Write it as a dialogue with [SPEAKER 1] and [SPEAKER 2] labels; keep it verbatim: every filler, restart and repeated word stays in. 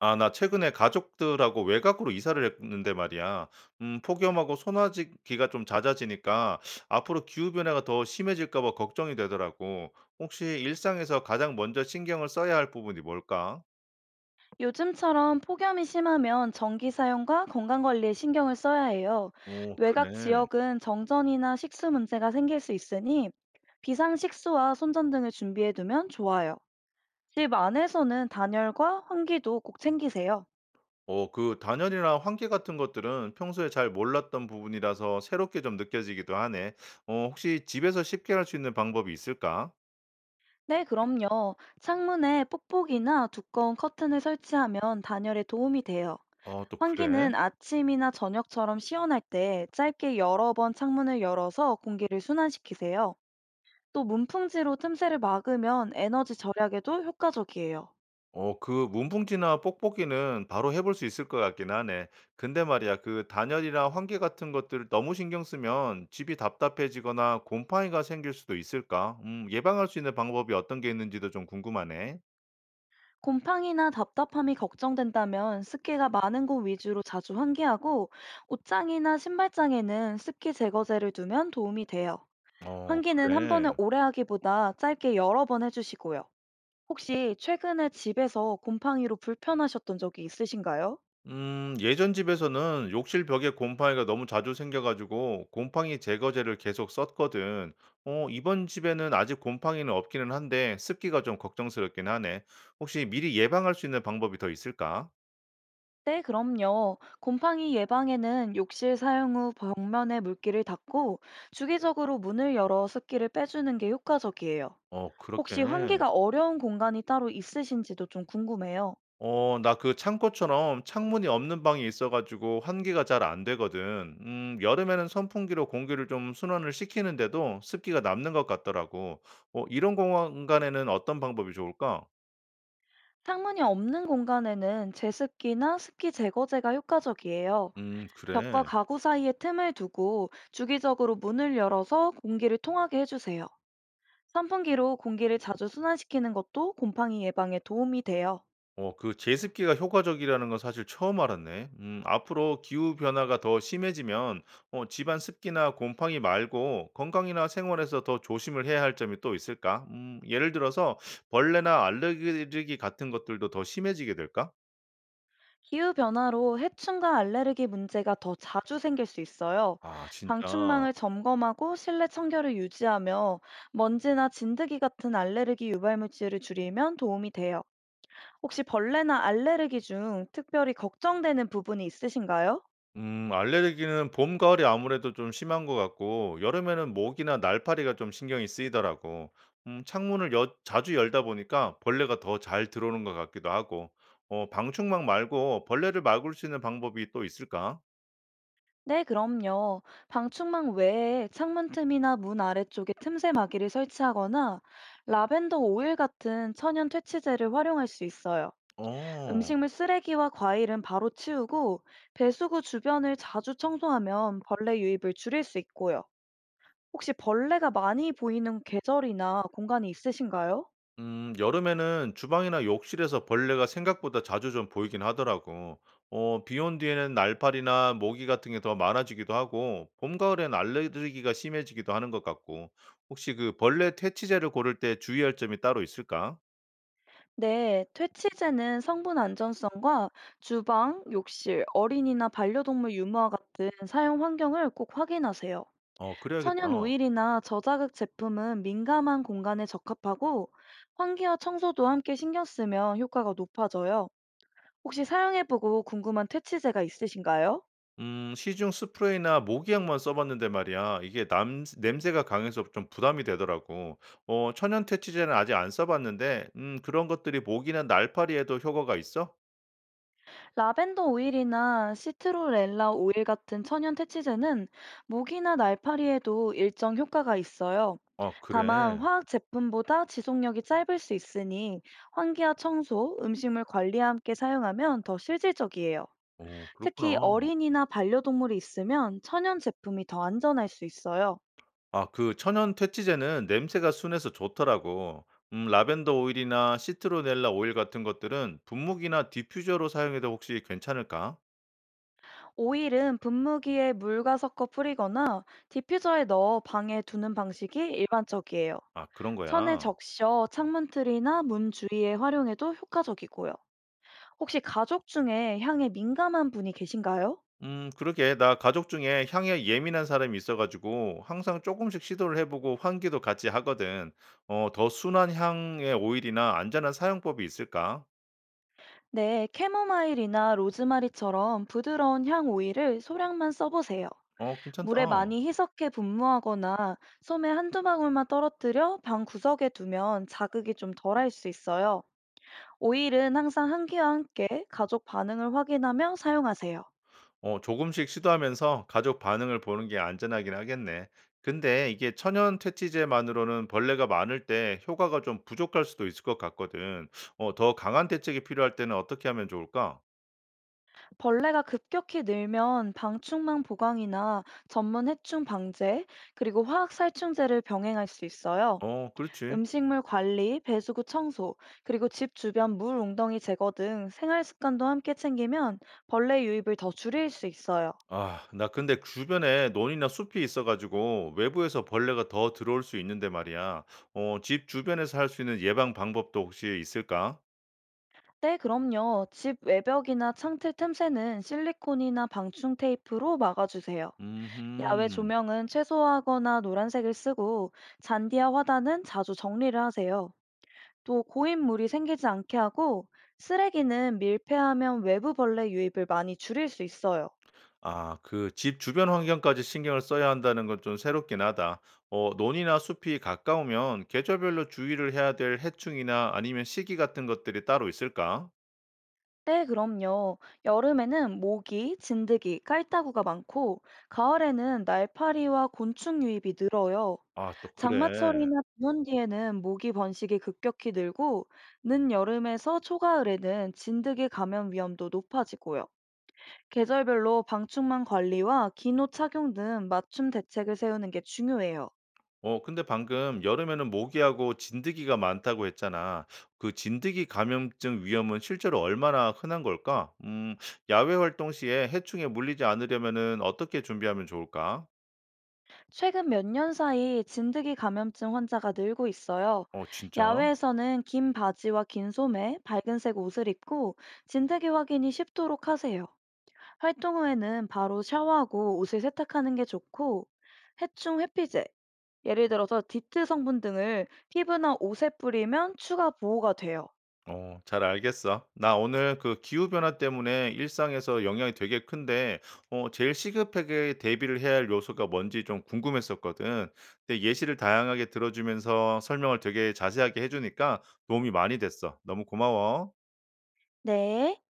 [SPEAKER 1] 아, 나 최근에 가족들하고 외곽으로 이사를 했는데 말이야. 음, 폭염하고 소나기가 좀 잦아지니까 앞으로 기후변화가 더 심해질까 봐 걱정이 되더라고. 혹시 일상에서 가장 먼저 신경을 써야 할 부분이 뭘까?
[SPEAKER 2] 요즘처럼 폭염이 심하면 전기 사용과 건강 관리에 신경을 써야 해요.
[SPEAKER 1] 오,
[SPEAKER 2] 외곽
[SPEAKER 1] 그래.
[SPEAKER 2] 지역은 정전이나 식수 문제가 생길 수 있으니 비상 식수와 손전 등을 준비해 두면 좋아요. 집 안에서는 단열과 환기도 꼭 챙기세요.
[SPEAKER 1] 어, 그 단열이나 환기 같은 것들은 평소에 잘 몰랐던 부분이라서 새롭게 좀 느껴지기도 하네. 어, 혹시 집에서 쉽게 할 수 있는 방법이 있을까?
[SPEAKER 2] 네, 그럼요. 창문에 뽁뽁이나 두꺼운 커튼을 설치하면 단열에 도움이 돼요.
[SPEAKER 1] 어, 또 그래.
[SPEAKER 2] 환기는 아침이나 저녁처럼 시원할 때 짧게 여러 번 창문을 열어서 공기를 순환시키세요. 또 문풍지로 틈새를 막으면 에너지 절약에도 효과적이에요.
[SPEAKER 1] 어 그 문풍지나 뽁뽁이는 바로 해볼 수 있을 것 같긴 하네. 근데 말이야 그 단열이나 환기 같은 것들을 너무 신경 쓰면 집이 답답해지거나 곰팡이가 생길 수도 있을까? 음 예방할 수 있는 방법이 어떤 게 있는지도 좀 궁금하네.
[SPEAKER 2] 곰팡이나 답답함이 걱정된다면 습기가 많은 곳 위주로 자주 환기하고 옷장이나 신발장에는 습기 제거제를 두면 도움이 돼요.
[SPEAKER 1] 어
[SPEAKER 2] 환기는 한
[SPEAKER 1] 그래.
[SPEAKER 2] 번에 오래 하기보다 짧게 여러 번 해주시고요. 혹시 최근에 집에서 곰팡이로 불편하셨던 적이 있으신가요?
[SPEAKER 1] 음 예전 집에서는 욕실 벽에 곰팡이가 너무 자주 생겨 가지고 곰팡이 제거제를 계속 썼거든. 어 이번 집에는 아직 곰팡이는 없기는 한데 습기가 좀 걱정스럽긴 하네. 혹시 미리 예방할 수 있는 방법이 더 있을까?
[SPEAKER 2] 네, 그럼요. 곰팡이 예방에는 욕실 사용 후 벽면에 물기를 닦고 주기적으로 문을 열어 습기를 빼주는 게 효과적이에요.
[SPEAKER 1] 어 그렇게.
[SPEAKER 2] 혹시 환기가 어려운 공간이 따로 있으신지도 좀 궁금해요.
[SPEAKER 1] 어 나 그 창고처럼 창문이 없는 방이 있어 가지고 환기가 잘 안 되거든. 음 여름에는 선풍기로 공기를 좀 순환을 시키는데도 습기가 남는 것 같더라고. 어 이런 공간에는 어떤 방법이 좋을까?
[SPEAKER 2] 창문이 없는 공간에는 제습기나 습기 제거제가 효과적이에요.
[SPEAKER 1] 음
[SPEAKER 2] 벽과
[SPEAKER 1] 그래.
[SPEAKER 2] 가구 사이에 틈을 두고 주기적으로 문을 열어서 공기를 통하게 해주세요. 선풍기로 공기를 자주 순환시키는 것도 곰팡이 예방에 도움이 돼요.
[SPEAKER 1] 어, 그 제습기가 효과적이라는 건 사실 처음 알았네. 음, 앞으로 기후 변화가 더 심해지면 어, 집안 습기나 곰팡이 말고 건강이나 생활에서 더 조심을 해야 할 점이 또 있을까? 음, 예를 들어서 벌레나 알레르기 같은 것들도 더 심해지게 될까?
[SPEAKER 2] 기후 변화로 해충과 알레르기 문제가 더 자주 생길 수 있어요.
[SPEAKER 1] 아, 진짜.
[SPEAKER 2] 방충망을 점검하고 실내 청결을 유지하며 먼지나 진드기 같은 알레르기 유발 물질을 줄이면 도움이 돼요. 혹시 벌레나 알레르기 중 특별히 걱정되는 부분이 있으신가요?
[SPEAKER 1] 음 알레르기는 봄, 가을이 아무래도 좀 심한 것 같고 여름에는 모기나 날파리가 좀 신경이 쓰이더라고. 음 창문을 여 자주 열다 보니까 벌레가 더 잘 들어오는 것 같기도 하고. 어 방충망 말고 벌레를 막을 수 있는 방법이 또 있을까?
[SPEAKER 2] 네, 그럼요. 방충망 외에 창문 틈이나 문 아래쪽에 틈새 막이를 설치하거나 라벤더 오일 같은 천연 퇴치제를 활용할 수 있어요.
[SPEAKER 1] 어.
[SPEAKER 2] 음식물 쓰레기와 과일은 바로 치우고 배수구 주변을 자주 청소하면 벌레 유입을 줄일 수 있고요. 혹시 벌레가 많이 보이는 계절이나 공간이 있으신가요?
[SPEAKER 1] 음, 여름에는 주방이나 욕실에서 벌레가 생각보다 자주 좀 보이긴 하더라고. 어, 비 온 뒤에는 날파리나 모기 같은 게 더 많아지기도 하고, 봄, 가을엔 알레르기가 심해지기도 하는 것 같고, 혹시 그 벌레 퇴치제를 고를 때 주의할 점이 따로 있을까?
[SPEAKER 2] 네, 퇴치제는 성분 안전성과 주방, 욕실, 어린이나 반려동물 유무와 같은 사용 환경을 꼭 확인하세요.
[SPEAKER 1] 어,
[SPEAKER 2] 천연
[SPEAKER 1] 그래야겠다.
[SPEAKER 2] 오일이나 저자극 제품은 민감한 공간에 적합하고 환기와 청소도 함께 신경 쓰면 효과가 높아져요. 혹시 사용해보고 궁금한 퇴치제가 있으신가요?
[SPEAKER 1] 음, 시중 스프레이나 모기약만 써봤는데 말이야. 이게 남, 냄새가 강해서 좀 부담이 되더라고. 어, 천연 퇴치제는 아직 안 써봤는데, 음, 그런 것들이 모기나 날파리에도 효과가 있어?
[SPEAKER 2] 라벤더 오일이나 시트로렐라 오일 같은 천연 퇴치제는 모기나 날파리에도 일정 효과가 있어요.
[SPEAKER 1] 아,
[SPEAKER 2] 다만
[SPEAKER 1] 그래.
[SPEAKER 2] 화학 제품보다 지속력이 짧을 수 있으니 환기와 청소, 음식물 관리와 함께 사용하면 더 실질적이에요.
[SPEAKER 1] 어 그렇구나.
[SPEAKER 2] 특히 어린이나 반려동물이 있으면 천연 제품이 더 안전할 수 있어요.
[SPEAKER 1] 아 그 천연 퇴치제는 냄새가 순해서 좋더라고. 음 라벤더 오일이나 시트로넬라 오일 같은 것들은 분무기나 디퓨저로 사용해도 혹시 괜찮을까?
[SPEAKER 2] 오일은 분무기에 물과 섞어 뿌리거나 디퓨저에 넣어 방에 두는 방식이 일반적이에요.
[SPEAKER 1] 아 그런
[SPEAKER 2] 천에
[SPEAKER 1] 거야.
[SPEAKER 2] 적셔 창문틀이나 문 주위에 활용해도 효과적이고요. 혹시 가족 중에 향에 민감한 분이 계신가요?
[SPEAKER 1] 음 그러게 나 가족 중에 향에 예민한 사람이 있어 가지고 항상 조금씩 시도를 해 보고 환기도 같이 하거든. 어 더 순한 향의 오일이나 안전한 사용법이 있을까?
[SPEAKER 2] 네, 캐모마일이나 로즈마리처럼 부드러운 향 오일을 소량만 써보세요.
[SPEAKER 1] 어
[SPEAKER 2] 물에
[SPEAKER 1] 괜찮다.
[SPEAKER 2] 많이 희석해 분무하거나 솜에 한두 방울만 떨어뜨려 방 구석에 두면 자극이 좀 덜할 수 있어요. 오일은 항상 한기와 함께 가족 반응을 확인하며 사용하세요.
[SPEAKER 1] 어 조금씩 시도하면서 가족 반응을 보는 게 안전하긴 하겠네. 근데 이게 천연 퇴치제만으로는 벌레가 많을 때 효과가 좀 부족할 수도 있을 것 같거든. 어, 더 강한 대책이 필요할 때는 어떻게 하면 좋을까?
[SPEAKER 2] 벌레가 급격히 늘면 방충망 보강이나 전문 해충 방제, 그리고 화학 살충제를 병행할 수 있어요.
[SPEAKER 1] 어, 그렇지.
[SPEAKER 2] 음식물 관리, 배수구 청소, 그리고 집 주변 물 웅덩이 제거 등 생활 습관도 함께 챙기면 벌레 유입을 더 줄일 수 있어요.
[SPEAKER 1] 아, 나 근데 주변에 논이나 숲이 있어가지고 외부에서 벌레가 더 들어올 수 있는데 말이야. 어, 집 주변에서 할 수 있는 예방 방법도 혹시 있을까?
[SPEAKER 2] 네, 그럼요. 집 외벽이나 창틀 틈새는 실리콘이나 방충 테이프로 막아주세요. 야외
[SPEAKER 1] 음흠.
[SPEAKER 2] 조명은 최소화하거나 노란색을 쓰고 잔디와 화단은 자주 정리를 하세요. 또 고인물이 생기지 않게 하고 쓰레기는 밀폐하면 외부 벌레 유입을 많이 줄일 수 있어요.
[SPEAKER 1] 아 그 집 주변 환경까지 신경을 써야 한다는 건 좀 새롭긴 하다. 어 논이나 숲이 가까우면 계절별로 주의를 해야 될 해충이나 아니면 시기 같은 것들이 따로 있을까?
[SPEAKER 2] 네, 그럼요. 여름에는 모기, 진드기, 깔따구가 많고 가을에는 날파리와 곤충 유입이 늘어요.
[SPEAKER 1] 아 또 그래.
[SPEAKER 2] 장마철이나 비온 뒤에는 모기 번식이 급격히 늘고 늦여름에서 초가을에는 진드기 감염 위험도 높아지고요. 계절별로 방충망 관리와 기노 착용 등 맞춤 대책을 세우는 게 중요해요.
[SPEAKER 1] 어 근데 방금 여름에는 모기하고 진드기가 많다고 했잖아. 그 진드기 감염증 위험은 실제로 얼마나 흔한 걸까? 음 야외 활동 시에 해충에 물리지 않으려면은 어떻게 준비하면 좋을까?
[SPEAKER 2] 최근 몇 년 사이 진드기 감염증 환자가 늘고 있어요.
[SPEAKER 1] 어 진짜?
[SPEAKER 2] 야외에서는 긴 바지와 긴 소매, 밝은색 옷을 입고 진드기 확인이 쉽도록 하세요. 활동 후에는 바로 샤워하고 옷을 세탁하는 게 좋고, 해충 회피제, 예를 들어서 디트 성분 등을 피부나 옷에 뿌리면 추가 보호가 돼요.
[SPEAKER 1] 어, 잘 알겠어. 나 오늘 그 기후변화 때문에 일상에서 영향이 되게 큰데, 어, 제일 시급하게 대비를 해야 할 요소가 뭔지 좀 궁금했었거든. 근데 예시를 다양하게 들어주면서 설명을 되게 자세하게 해주니까 도움이 많이 됐어. 너무 고마워.
[SPEAKER 2] 네.